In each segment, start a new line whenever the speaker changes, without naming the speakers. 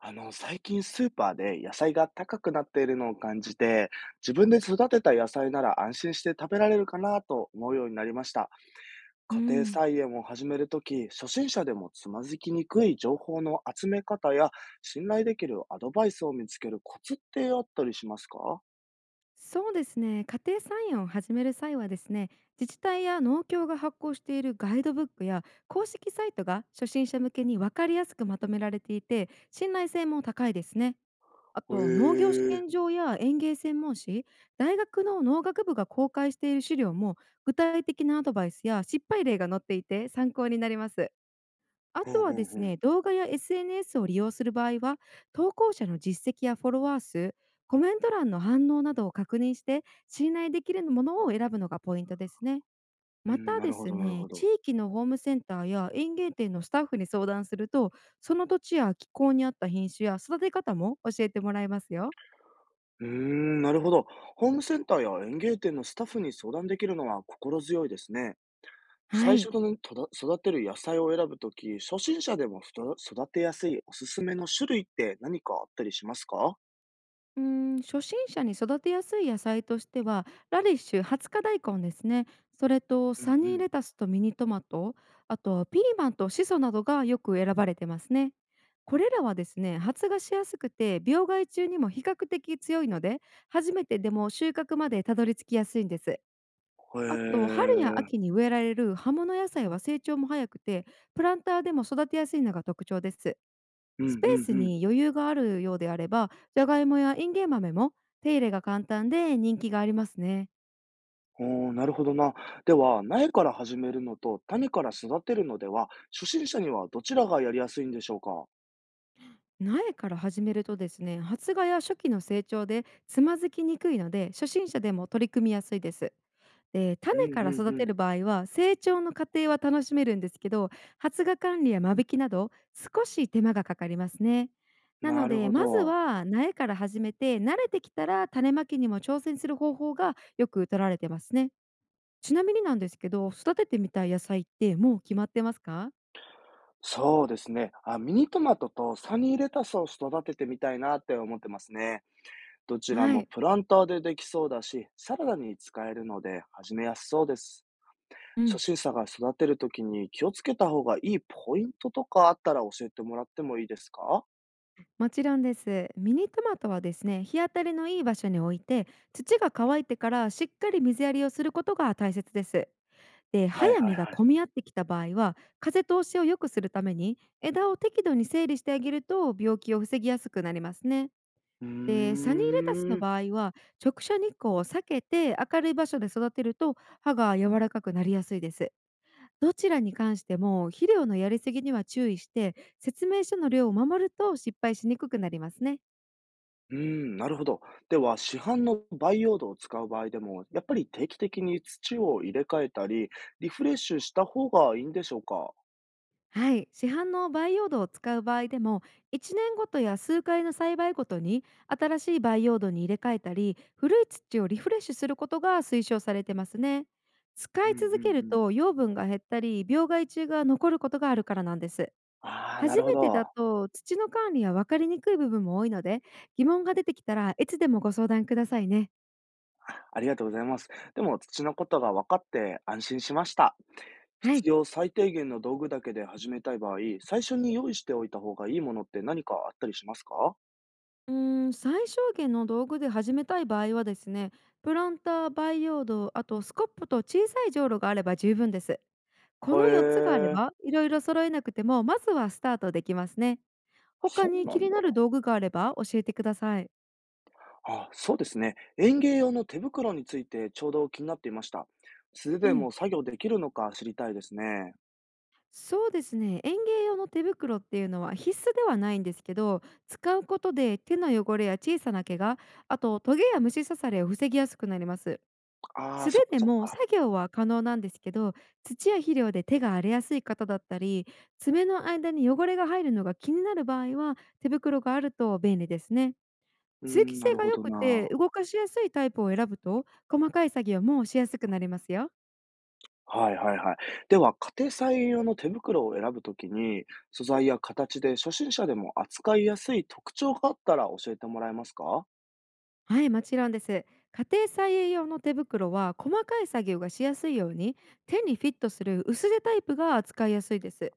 最近スーパーで野菜が高くなっているのを感じて、自分で育てた野菜なら安心して食べられるかなと思うようになりました。
う
家庭
ん、
菜園を始めるとき、初心者でもつまずきにくい情報の集め方や、信頼できるアドバイスを見つけるコツってあったりしますか。
そうですね。家庭菜園を始める際はですね、自治体や農協が発行しているガイドブックや公式サイトが初心者向けに分かりやすくまとめられていて、信頼性も高いですね。あ
へ
と、農業試
え、
験場や園芸専門誌、大学の農学部が公開している資料も、具体的なアドバイスや失敗例が載っていて参考になります。あ
ふ
と
んふ
はで
んふ
す
ん。
ね、動画や SNS を利用する場合は、投稿者の実績やフォロワー数、コメント欄の反応などを確認して、信頼できるものを選ぶのがポイントですね。
う
ま
ん、
た
な
で
るほ
す
ど、なるほ
ね、地
ど。
域のホームセンターや園芸店のスタッフに相談すると、その土地や気候に合った品種や育て方も教えてもらえますよ。
うーん、なるほど。ホームセンターや園芸店のスタッフに相談できるのは心強いですね。
は
最初
い。
のね、とだ育てる野菜を選ぶとき、初心者でもふと育てやすいおすすめの種類って何かあったりしますか？
うーん、初心者に育てやすい野菜としては、ラディッシュハツカ大根ですね。それと
う
サ
んう
ニー
ん。
レタスとミニトマト、あとはピーマンとシソなどがよく選ばれてますね。これらはですね、発芽しやすくて病害虫にも比較的強いので、初めてでも収穫までたどり着きやすいんです。あと、
へ
春や
え。
秋に植えられる葉物野菜は成長も早くて、プランターでも育てやすいのが特徴です。
うんうん
スペース
うん。
に余裕があるようであれば、じゃがいもやインゲン豆も手入れが簡単で人気がありますね。
おお、なるほどな。では、苗から始めるのと種から育てるのでは、初心者にはどちらがやりやすいんでしょうか？
苗から始めるとですね、発芽や初期の成長でつまずきにくいので、初心者でも取り組みやすいです。で、
うんう
種
ん
から育
う
て
ん。
る場合は成長の過程は楽しめるんですけど、発芽管理や間引きなど少し手間がかかりますね。な
な
の
る
で、
ほ
まず
ど。
は苗から始めて、慣れてきたら種まきにも挑戦する方法がよく取られてますね。ちなみになんですけど、育ててみたい野菜ってもう決まってますか？
そうですね。あ、ミニトマトとサニーレタスを育ててみたいなって思ってますね。どちら
は
も
い、
プランターでできそうだし、サラダに使えるので始めやすそうです。
う
初
ん、
心者が育てるときに気をつけた方がいいポイントとかあったら教えてもらってもいいですか。は
もちろんです。ミニトマトはですね、日当たりのいい場所に置いて、土が乾いてからしっかり水やりをすることが大切です。で、
い
葉
はい
や
は
実が
い。
混み合ってきた場合は、風通しを良くするために枝を適度に整理してあげると病気を防ぎやすくなりますね。
う
で、
ー
サニーレタスの場
ん。
合は、直射日光を避けて明るい場所で育てると葉が柔らかくなりやすいです。どちらに関しても、肥料のやりすぎには注意して、説明書の量を守ると失敗しにくくなりますね。
うーん、なるほど。では、市販の培養土を使う場合でも、やっぱり定期的に土を入れ替えたり、リフレッシュした方がいいんでしょうか。
はい。市販の培養土を使う場合でも、1年ごとや数回の栽培ごとに新しい培養土に入れ替えたり、古い土をリフレッシュすることが推奨されてますね。使
うんう
い
ん
続け
う
る
ん。
と養分が減ったり病害虫が残ることがあるからなんです。
ああ、な
初
るほ
めて
ど。
だと土の管理は分かりにくい部分も多いので、疑問が出てきたらいつでもご相談くださいね。
ありがとうございます。でも、土のことが分かって安心しました。
は
必
い。
要最低限の道具だけで始めたい場合、最初に用意しておいた方がいいものって何かあったりしますか。
うーん、最小限の道具で始めたい場合はですね、プランター、培養土、あとスコップと小さいじょうろがあれば十分です。
へ
この4つがあれ
え、
ば、いろいろ揃えなくても、まずはスタートできますね。他
そう
に
な
気
ん
に
だ。
なる道具があれば教えてください。
あ、そうですね。園芸用の手袋についてちょうど気になっていました。素手
う
で
ん。
も作業できるのか知りたいですね。
そうですね。園芸用の手袋っていうのは必須ではないんですけど、使うことで手の汚れや小さな毛、があとトゲや虫刺されを防ぎやすくなります。
ああ、
素
そ
手
っか
で
そっ
も
か。
作業は可能なんですけど、土や肥料で手が荒れやすい方だったり、爪の間に汚れが入るのが気になる場合は、手袋があると便利ですね。
うー
通気
ん、な
性
る
が
ほ
良
ど
くて
な。
動かしやすいタイプを選ぶと、細かい作業もしやすくなりますよ。
はいはいはい。では、家庭菜園用の手袋を選ぶときに、素材や形で初心者でも扱いやすい特徴があったら教えてもらえますか。
はい、もちろんです。家庭菜園用の手袋は、細かい作業がしやすいように手にフィットする薄手タイプが使いやすいです。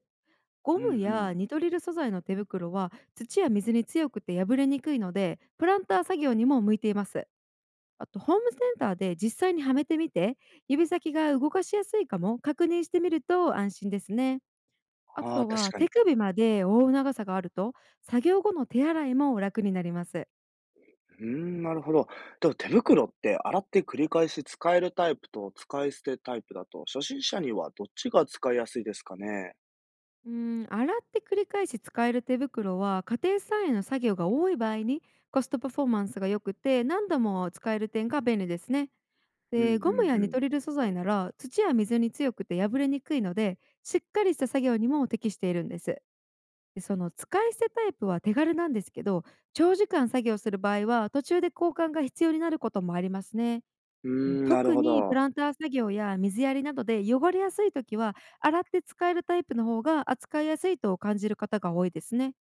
ゴ
うんう
ム
ん。
やニトリル素材の手袋は土や水に強くて破れにくいので、プランター作業にも向いています。あと、ホームセンターで実際にはめてみて、指先が動かしやすいかも確認してみると安心ですね。あ
ああ、
と
確
は、
か
手
に。
首まで覆う長さがあると、作業後の手洗いも楽になります。
うーん、なるほど。でも手袋って洗って繰り返し使えるタイプと使い捨てタイプだと、初心者にはどっちが使いやすいですかね？
うーん、洗って繰り返し使える手袋は、家庭菜園の作業が多い場合にコストパフォーマンスが良くて、何度も使える点が便利ですね。
うんう
で、ゴムや
んう
ニ
ん。
トリル素材なら土や水に強くて破れにくいので、しっかりした作業にも適しているんです。で、その使い捨てタイプは手軽なんですけど、長時間作業する場合は途中で交換が必要になることもありますね。
うー
うん、
ん、なる
特
ほ
にプ
ど。
ランター作業や水やりなどで汚れやすい時は、洗って使えるタイプの方が扱いやすいと感じる方が多いですね。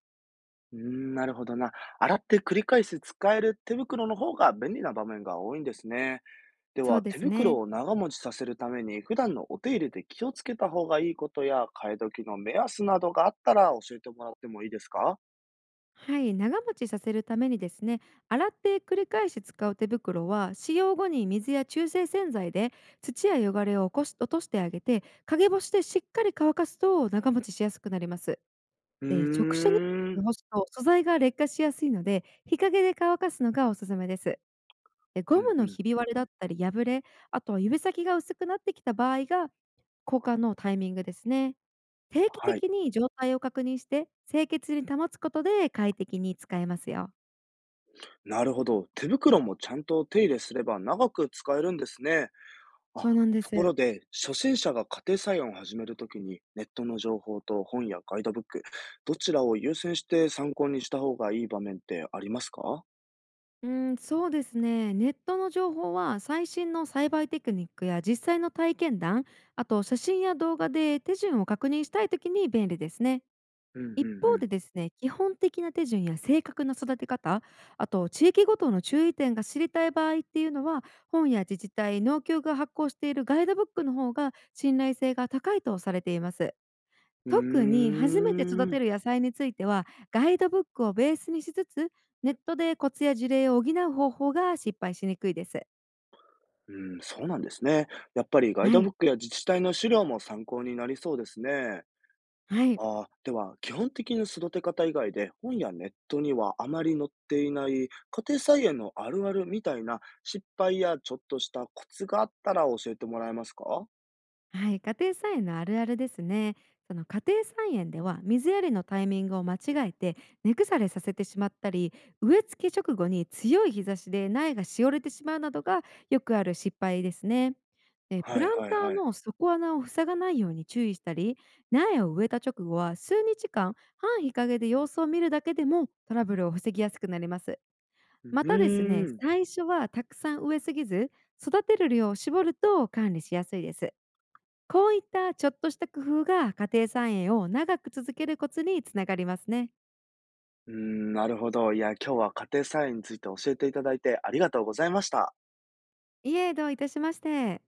うーん、なるほどな。洗って繰り返し使える手袋の方が便利な場面が多いんですね。で
そう
は、
で
手
すね。
袋を長持ちさせるために、普段のお手入れで気をつけた方がいいことや、替え時の目安などがあったら教えてもらってもいいですか？
はい、長持ちさせるためにですね、洗って繰り返し使う手袋は、使用後に水や中性洗剤で土や汚れを起こし落としてあげて、陰干しでしっかり乾かすと長持ちしやすくなります。
う
で、直
ー
射日
ん。
光で干すと素材が劣化しやすいので、日陰で乾かすのがおすすめです。で、
う
ゴ
ん
ムの
うん。
ひび割れだったり破れ、あとは指先が薄くなってきた場合が交換のタイミングですね。定期
はい。
的に状態を確認して清潔に保つことで快適に使えますよ。
なるほど。手袋もちゃんと手入れすれば長く使えるんですね。あ、
そうなんで
とこ
す。
ろで、初心者が家庭菜園を始めるときに、ネットの情報と本やガイドブック、どちらを優先して参考にした方がいい場面ってありますか。
うん、そうですね。ネットの情報は、最新の栽培テクニックや実際の体験談、あと写真や動画で手順を確認したいときに便利ですね。
うんうん
一
う
方で
ん。
ですね、基本的な手順や正確な育て方、あと地域ごとの注意点が知りたい場合っていうのは、本や自治体、農協が発行しているガイドブックの方が信頼性が高いとされています。
う
特に初めて育
ー
て
ん。
る野菜については、ガイドブックをベースにしつつ、ネットでコツや事例を補う方法が失敗しにくいです。
うん、そうなんですね。やっぱりガイ
は
ドブッ
い。
クや自治体の資料も参考になりそうですね。
はい。
ああ、では、基本的な育て方以外で、本やネットにはあまり載っていない家庭菜園のあるあるみたいな失敗やちょっとしたコツがあったら教えてもらえますか。
はい、家庭菜園のあるあるですね。その家庭菜園では、水やりのタイミングを間違えて根腐れさせてしまったり、植え付け直後に強い日差しで苗がしおれてしまうなどがよくある失敗ですね。で、プ
はい
ラン
はい
タ
は
ー
い。
の底穴を塞がないように注意したり、苗を植えた直後は数日間半日陰で様子を見るだけでもトラブルを防ぎやすくなります。
う
またです
ー
ね、
ん。
最初はたくさん植えすぎず、育てる量を絞ると管理しやすいです。こういったちょっとした工夫が、家庭菜園を長く続けるコツにつながりますね。
うーん、なるほど。いや、今日は家庭菜園について教えていただいてありがとうございました。
いえ、どういたしまして。